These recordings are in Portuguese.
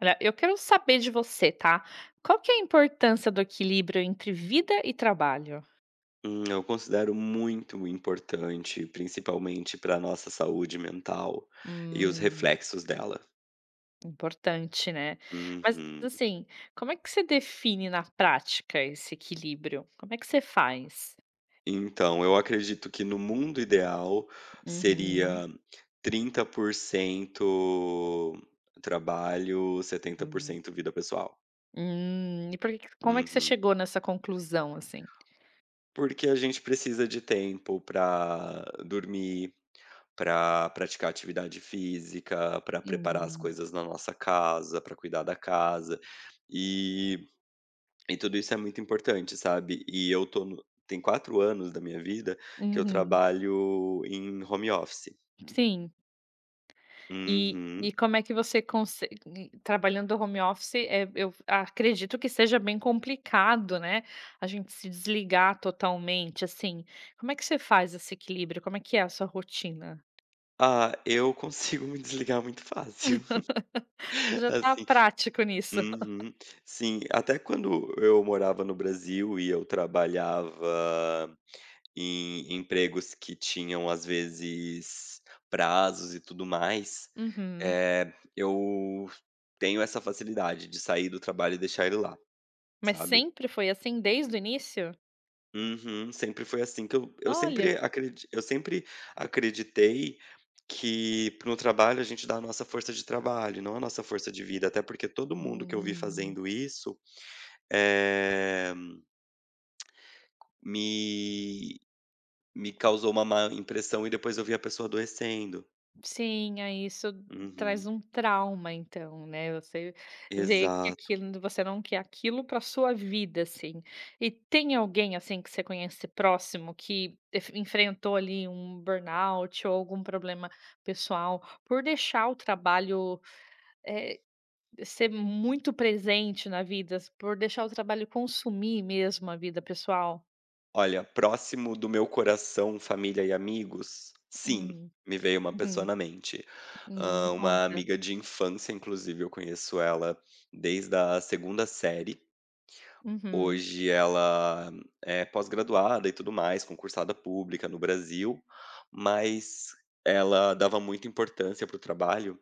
Olha, eu quero saber de você, tá? Qual que é a importância do equilíbrio entre vida e trabalho? Eu considero muito importante, principalmente para nossa saúde mental e os Hum, reflexos dela. importante, né? Mas Uhum. assim, como é que você define na prática esse equilíbrio? Como é que você faz? Então, eu acredito que no mundo ideal Uhum. seria 30% trabalho, setenta por Hum. cento vida pessoal. E por que que como é que você Uhum. chegou nessa conclusão, assim? Porque a gente precisa de tempo para dormir, para praticar atividade física, para preparar as Hum. coisas na nossa casa, para cuidar da casa. E e tudo isso é muito importante, sabe. E eu tô no tem 4 anos da minha vida que eu Uhum. trabalho em home office. Sim. E Uhum. como é que você conse e trabalhando do home office, é eu acredito que seja bem complicado, né, a gente se desligar totalmente, assim. Como é que você faz esse equilíbrio? Como é que é a sua rotina? Ah, eu consigo me desligar muito fácil. Você já tá Assim. prático nisso. Uhum. Sim, até quando eu morava no Brasil e eu trabalhava em empregos que tinham, às vezes, prazos e tudo mais, Uhum. Eu tenho essa facilidade de sair do trabalho e deixar ele lá, Mas sabe. sempre foi assim desde o início? Uhum, sempre foi assim que eu Olha. sempre acredi eu sempre acreditei que no trabalho a gente dá a nossa força de trabalho, não a nossa força de vida, até porque todo mundo que eu vi Hum. fazendo isso, eh Me me causou uma má impressão e depois eu vi a pessoa adoecendo. Sim, aí isso traz Uhum. um trauma então, né, você vê que Exato. aquilo você não quer aquilo para sua vida, assim. E tem alguém, assim, que você conhece próximo que ef enfrentou ali um burnout ou algum problema pessoal por deixar o trabalho ser muito presente na vida, por deixar o trabalho consumir mesmo a vida pessoal? Olha, próximo do meu coração, família e amigos, sim, Hum, me veio uma pessoa uhum, na mente. Me Uma conta. amiga de infância, inclusive, eu conheço ela desde a segunda série. Uhum, Hoje ela é pós-graduada e tudo mais, concursada pública no Brasil, mas ela dava muita importância para o trabalho.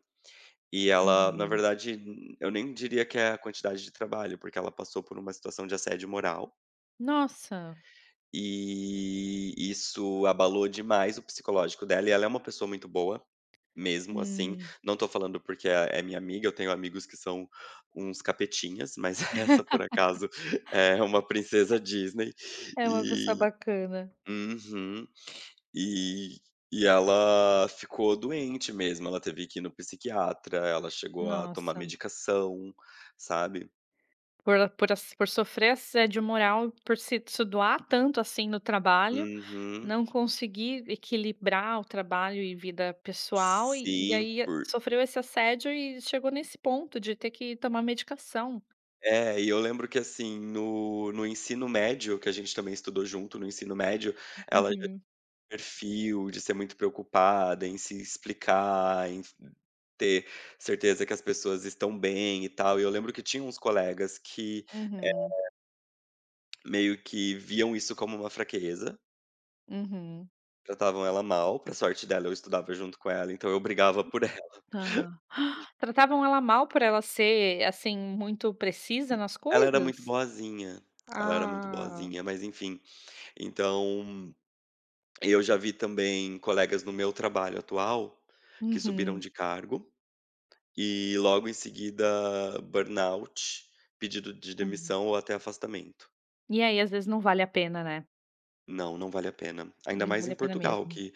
E ela, na uhum. verdade, eu nem diria que é a quantidade de trabalho, porque ela passou por uma situação de assédio moral, Nossa! e isso abalou demais o psicológico dela, e ela é uma pessoa muito boa, mesmo, assim. Hum. Não tô falando porque é minha amiga, eu tenho amigos que são uns capetinhas, mas essa, por acaso, é uma princesa Disney. É uma pessoa E bacana. uhum. E e ela ficou doente mesmo, ela teve que ir no psiquiatra, ela chegou a tomar Nossa, medicação, sabe. por sofrer assédio moral, por se doar tanto, assim, no trabalho, Uhum. não conseguir equilibrar o trabalho e vida pessoal, e Sim, aí por sofreu esse assédio e chegou nesse ponto de ter que tomar medicação. é, e eu lembro que, assim, no ensino médio, que a gente também estudou junto no ensino médio, ela já tinha Uhum, perfil de ser muito preocupada em se explicar, em ter certeza que as pessoas estão bem e tal, e eu lembro que tinha uns colegas que uhum, meio que viam isso como uma fraqueza. uhum. Tratavam ela mal, pra sorte dela eu estudava junto com ela, então eu brigava por ela. Tá. Tratavam ela mal por ela ser, assim, muito precisa nas Ela era muito coisas? boazinha, ela era muito Ah. boazinha, mas enfim. Então, eu já vi também colegas no meu trabalho atual, que subiram Uhum, de cargo, e logo em seguida burnout, pedido de hum. demissão ou até afastamento. E aí, às vezes, não vale a pena, né? Não, não vale a pena. Ainda Não mais vale em a pena Portugal mesmo. que...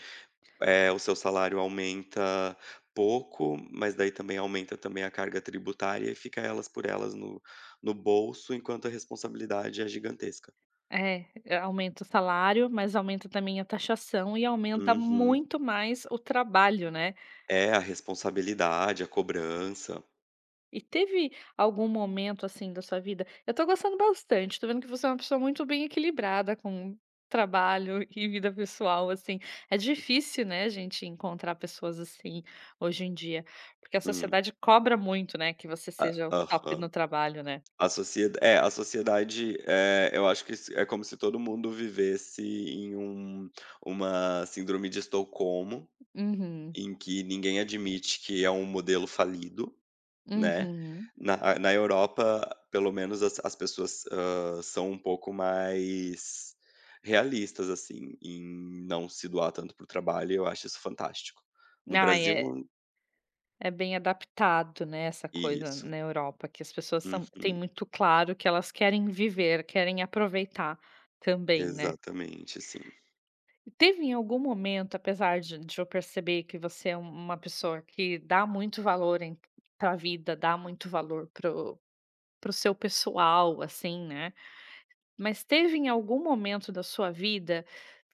É, o seu salário aumenta pouco, mas daí também aumenta também a carga tributária e fica elas por elas no no bolso, enquanto a responsabilidade é gigantesca. É, é, aumenta o salário, mas aumenta também a taxação e aumenta Uhum. muito mais o trabalho, né. É, a responsabilidade, a cobrança. E teve algum momento, assim, da sua vida, eu tô gostando bastante, tô vendo que você é uma pessoa muito bem equilibrada com trabalho e vida pessoal, assim. É difícil, né, a gente encontrar pessoas assim hoje em dia, porque a Hum. sociedade cobra muito, né, que você A seja o top aham. no trabalho, né. A sociedade, eu acho que se é como se todo mundo vivesse em uma síndrome de Estocolmo, Uhum, em que ninguém admite que é um modelo falido. Né. uhum. Na Europa, pelo menos as pessoas, são um pouco mais realistas, assim, em não se doar tanto para o trabalho e eu acho isso fantástico. No Ai, Brasil é. Bem adaptado, né, essa coisa isso. na Europa, que as pessoas são têm Uhum. muito claro que elas querem viver, querem aproveitar também, né. Exatamente, sim. Teve em algum momento, apesar de eu perceber que você é uma pessoa que dá muito valor para a vida, dá muito valor para o para o seu pessoal, assim, né, mas teve em algum momento da sua vida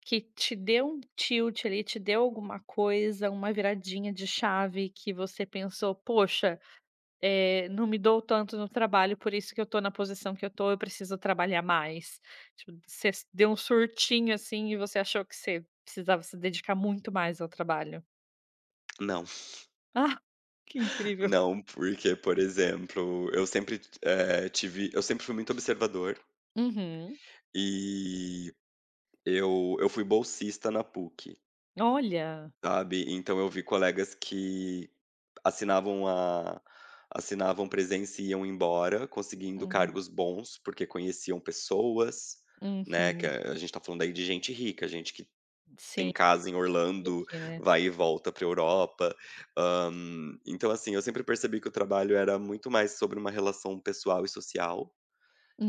que te deu um tilt ali, te deu alguma coisa, uma viradinha de chave que você pensou: "Poxa, eh, não me dou tanto no trabalho, por isso que eu tô na posição que eu tô, eu preciso trabalhar mais". Tipo, você deu um surtinho, assim, e você achou que você precisava se dedicar muito mais ao trabalho. Não, Ah, que incrível. não, porque, por exemplo, eu sempre, eh, tive eu sempre fui muito observador Uhum. e eu fui bolsista na PUC. Olha. Sabe, então eu vi colegas que assinavam a assinavam presença e iam embora, conseguindo Uhum, cargos bons, porque conheciam pessoas, né, que uhum. a gente tá falando aí de gente rica, gente que Sim, tem casa em Orlando, PUC, né. vai e volta pra Europa. Hã, então assim, eu sempre percebi que o trabalho era muito mais sobre uma relação pessoal e social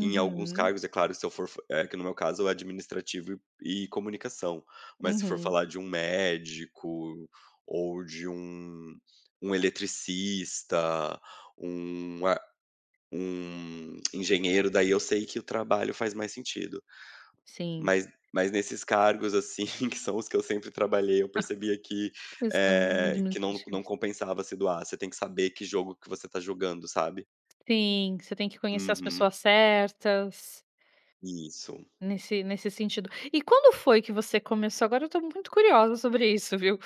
em alguns cargos, é claro, se eu for f eh, que no meu caso é administrativo e comunicação, mas se for uhum. falar de um médico ou de um eletricista, um a um engenheiro, daí eu sei que o trabalho faz mais sentido. Sim. Mas mas nesses cargos, assim, que são os que eu sempre trabalhei, eu percebia que, Questão administrativa. não compensava se doar, você tem que saber que jogo que você tá jogando, sabe. Sim, você tem que conhecer as Uhum. pessoas certas. Isso. Nesse sentido. E quando foi que você começou, agora eu tô muito curiosa sobre isso, viu.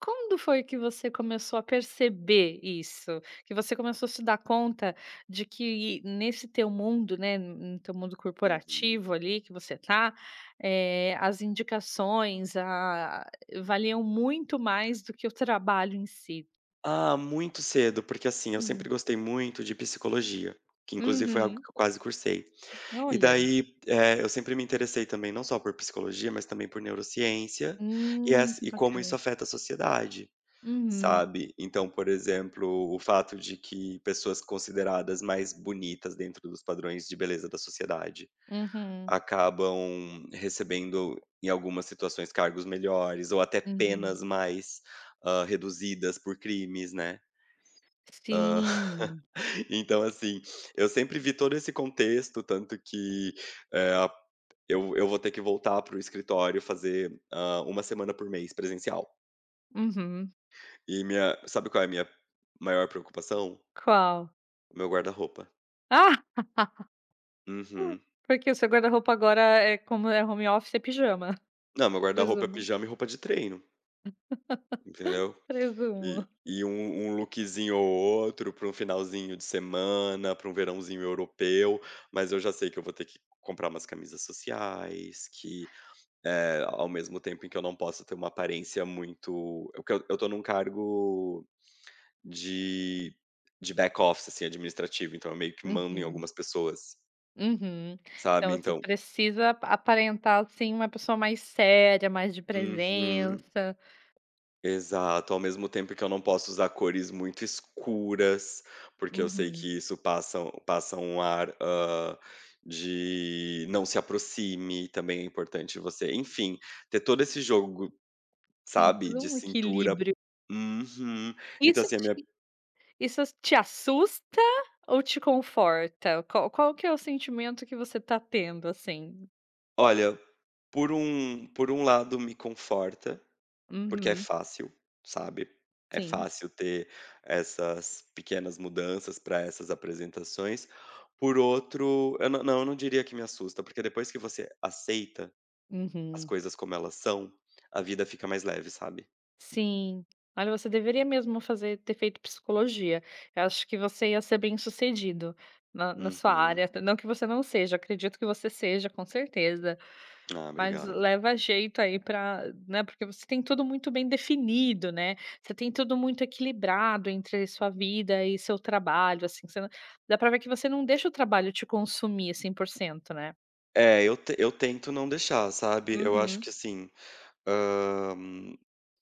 Quando foi que você começou a perceber isso? Que você começou a se dar conta de que nesse teu mundo, né, no teu mundo Uhum. corporativo ali que você tá, eh, as indicações, a valiam muito mais do que o trabalho em si. Ah, muito cedo, porque assim, eu Hum. sempre gostei muito de psicologia, que inclusive foi algo Uhum. que eu quase cursei. E Olha. daí, eu sempre me interessei também, não só por psicologia, mas também por neurociência e, Que e como isso bacana. afeta a sociedade, Uhum. sabe? Então, por exemplo, o fato de que pessoas consideradas mais bonitas dentro dos padrões de beleza da sociedade Uhum. acabam recebendo, em algumas situações, cargos melhores ou até penas Uhum. mais reduzidas por crimes, né? Hã. Sim. Então, assim, eu sempre vi todo esse contexto, tanto que, eh, a eu vou ter que voltar para o escritório fazer, uma semana por mês presencial. Uhum. E minha sabe qual é a minha maior preocupação? Qual? Meu guarda-roupa. Ah! Uhum. Porque o seu guarda-roupa agora como é home office, é pijama. Não, meu guarda-roupa é Presumo, pijama e roupa de treino, entendeu. E presumo. e um lookzinho ou outro para um finalzinho de semana, para um verãozinho europeu, mas eu já sei que eu vou ter que comprar umas camisas sociais, que... É, ao mesmo tempo em que eu não posso ter uma aparência muito... eu que eu tô num cargo de back office, assim, administrativo, então eu meio que mando em Uhum, algumas pessoas, uhum. Então sabe, você então... precisa aparentar, assim, uma pessoa mais séria, mais de Uhum, presença. exato. Ao mesmo tempo que eu não posso usar cores muito escuras, porque eu sei Uhum. que isso passa um ar, de não se aproxime, também é importante você... enfim, ter todo esse jogo, Tem sabe, todo de um cintura. equilíbrio. Uhum. Então Isso assim, a minha... te isso te assusta ou te conforta? Qual que é o sentimento que você tá tendo, assim? Olha, por um lado me conforta, porque é Uhum, fácil, sabe, é sim. fácil ter essas pequenas mudanças para essas apresentações. Por outro, eu eu não diria que me assusta, porque depois que você aceita as Uhum. coisas como elas são, a vida fica mais leve, sabe. Sim. Olha, você deveria mesmo fazer ter feito psicologia. Eu acho que você ia ser bem-sucedido na sua Uhum. área, não que você não seja, acredito que você seja, com certeza, Ah, mas obrigado. leva jeito aí para, né, porque você tem tudo muito bem definido, né, você tem tudo muito equilibrado entre sua vida e seu trabalho, assim, você não dá pra ver que você não deixa o trabalho te consumir 100%, né. É, eu tento não deixar, sabe. Eu acho Uhum, que assim, hã,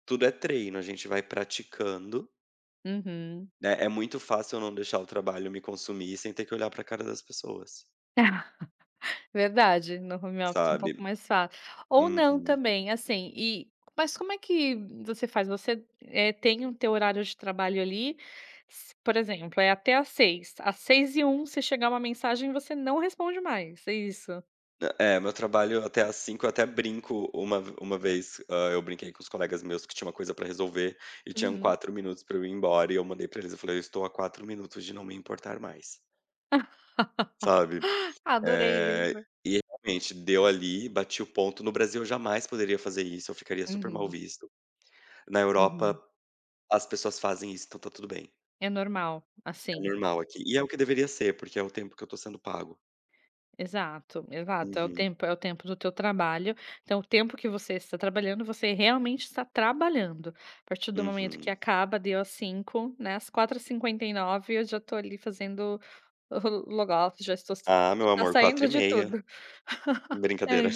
tudo é treino, a gente vai praticando. uhum. Né, é muito fácil eu não deixar o trabalho me consumir sem ter que olhar pra cara das pessoas, Verdade, no home office é um sabe. pouco mais fácil. Ou não Uhum. também, assim, mas como é que você faz? Você, eh, tem o teu horário de trabalho ali, s por exemplo, é até às seis e um, se chegar uma mensagem, você não responde mais, é isso? É, meu trabalho até às 17h. Eu até brinco uma vez, eu brinquei com os colegas meus que tinha uma coisa pra resolver e tinham Uhum. 4 minutos pra eu ir embora e eu mandei pra eles, eu falei: "Eu estou a 4 minutos de não me importar mais", sabe. Adorei Eh, isso. e realmente deu ali, bati o ponto. No Brasil eu jamais poderia fazer isso, eu ficaria super mal Uhum, visto. Na Europa uhum. as pessoas fazem isso, então tá tudo bem. É normal, É assim. normal aqui. E é o que deveria ser, porque é o tempo que eu tô sendo pago. Exato, exato. É o Uhum, tempo é o tempo do teu trabalho, então o tempo que você está trabalhando, você realmente está trabalhando. A partir do momento que uhum. acaba, deu às 17h, né, às 4:59, eu já estou ali fazendo o logout, já estou Ah, meu tá amor, quatro saindo e de meia, tudo. É, brincadeira.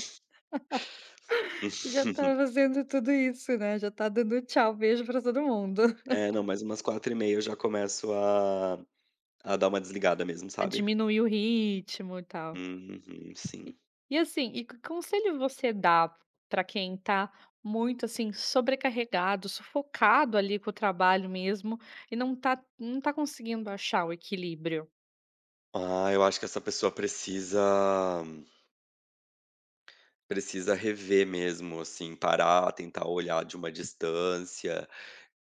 já tá fazendo tudo isso, né, já tá dando tchau, beijo pra todo mundo. É, não, mas umas 4h30 eu já começo a dar uma desligada mesmo, Pra sabe. diminuir o ritmo e tal. Uhum, sim. E e assim, que conselho você dá para quem tá muito, assim, sobrecarregado, sufocado ali com o trabalho mesmo e não tá conseguindo achar o equilíbrio? Ah, eu acho que essa pessoa precisa rever mesmo, assim, parar, tentar olhar de uma distância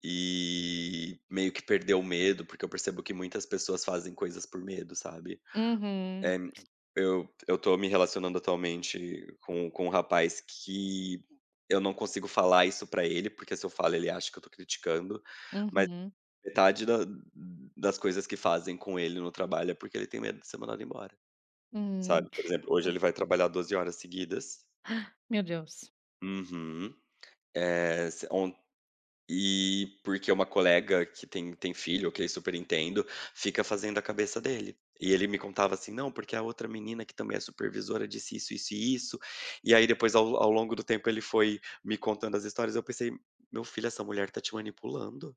e meio que perder o medo, porque eu percebo que muitas pessoas fazem coisas por medo, sabe. Uhum, É, eu tô me relacionando atualmente com um rapaz que eu não consigo falar isso pra ele, porque se eu falo ele acha que eu tô criticando, mas uhum, metade da das coisas que fazem com ele no trabalho é porque ele tem medo de ser mandado embora, hum, sabe. Por exemplo, hoje ele vai trabalhar 12 horas seguidas. meu Deus. Uhum. Eh, se on E porque uma colega que tem filho, ok, super entendo, fica fazendo a cabeça dele. E ele me contava assim: "Não, porque a outra menina que também é supervisora disse isso, isso e isso". E aí depois ao longo do tempo ele foi me contando as histórias, eu pensei: "Meu filho, essa mulher tá te manipulando".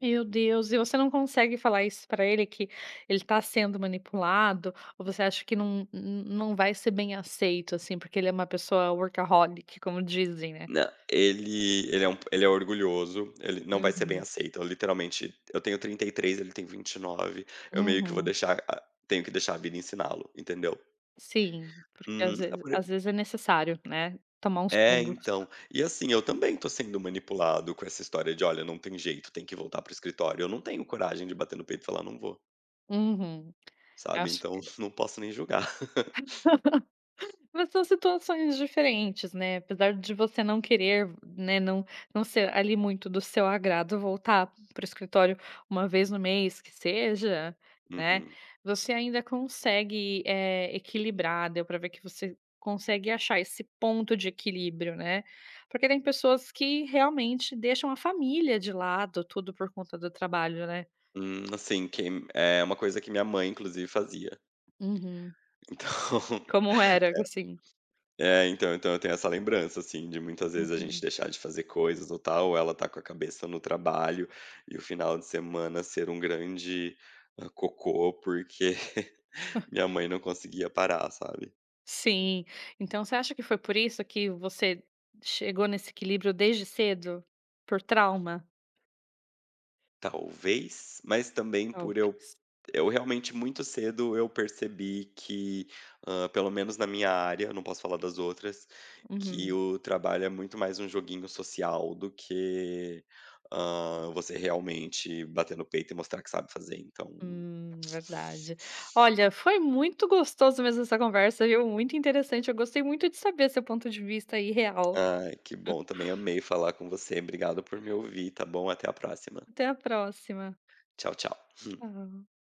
Meu Deus, e você não consegue falar isso pra ele que ele tá sendo manipulado ou você acha que não vai ser bem aceito, assim, porque ele é uma pessoa workaholic, como dizem, né? Não. Ele é orgulhoso, ele não vai ser bem Uhum, aceito, eu literalmente eu tenho 33, ele tem 29. Eu meio que vou uhum. deixar a Tenho que deixar a vida ensiná-lo, entendeu? Sim, porque às Uhum. vezes às vezes é necessário, né, tomar uns É, tombos. então. E assim, eu também tô sendo manipulado com essa história de: "Olha, não tem jeito, tem que voltar para o escritório". Eu não tenho coragem de bater no peito e falar: "Não vou", Uhum. sabe, Acho então que não posso nem julgar. mas são situações diferentes, né, apesar de você não querer, né, não ser ali muito do seu agrado voltar para o escritório uma vez no mês que seja, né, Uhum. você ainda consegue, eh, equilibrar, deu pra ver que você consegue achar esse ponto de equilíbrio, né. Porque tem pessoas que realmente deixam a família de lado, tudo por conta do trabalho, né. Assim, quem é uma coisa que minha mãe, inclusive, fazia. Uhum. Então Como era, assim. é, então eu tenho essa lembrança, assim, de muitas vezes a gente Uhum. deixar de fazer coisas ou tal, ou ela tá com a cabeça no trabalho e o final de semana ser um grande, cocô, porque minha mãe não conseguia parar, sabe. Sim. Então você acha que foi por isso que você chegou nesse equilíbrio desde cedo? Por trauma? Talvez, mas também por Talvez. eu realmente muito cedo eu percebi que, pelo menos na minha área, eu não posso falar das outras, que Uhum. o trabalho é muito mais um joguinho social do que, você realmente bater no peito e mostrar que sabe fazer, então... Verdade. Olha, foi muito gostoso mesmo essa conversa, viu, muito interessante. Eu gostei muito de saber seu ponto de vista aí real. Ai, que bom também, amei falar com você, obrigado por me ouvir, tá bom? Até a próxima. Até a próxima. Tchau, tchau. Tchau.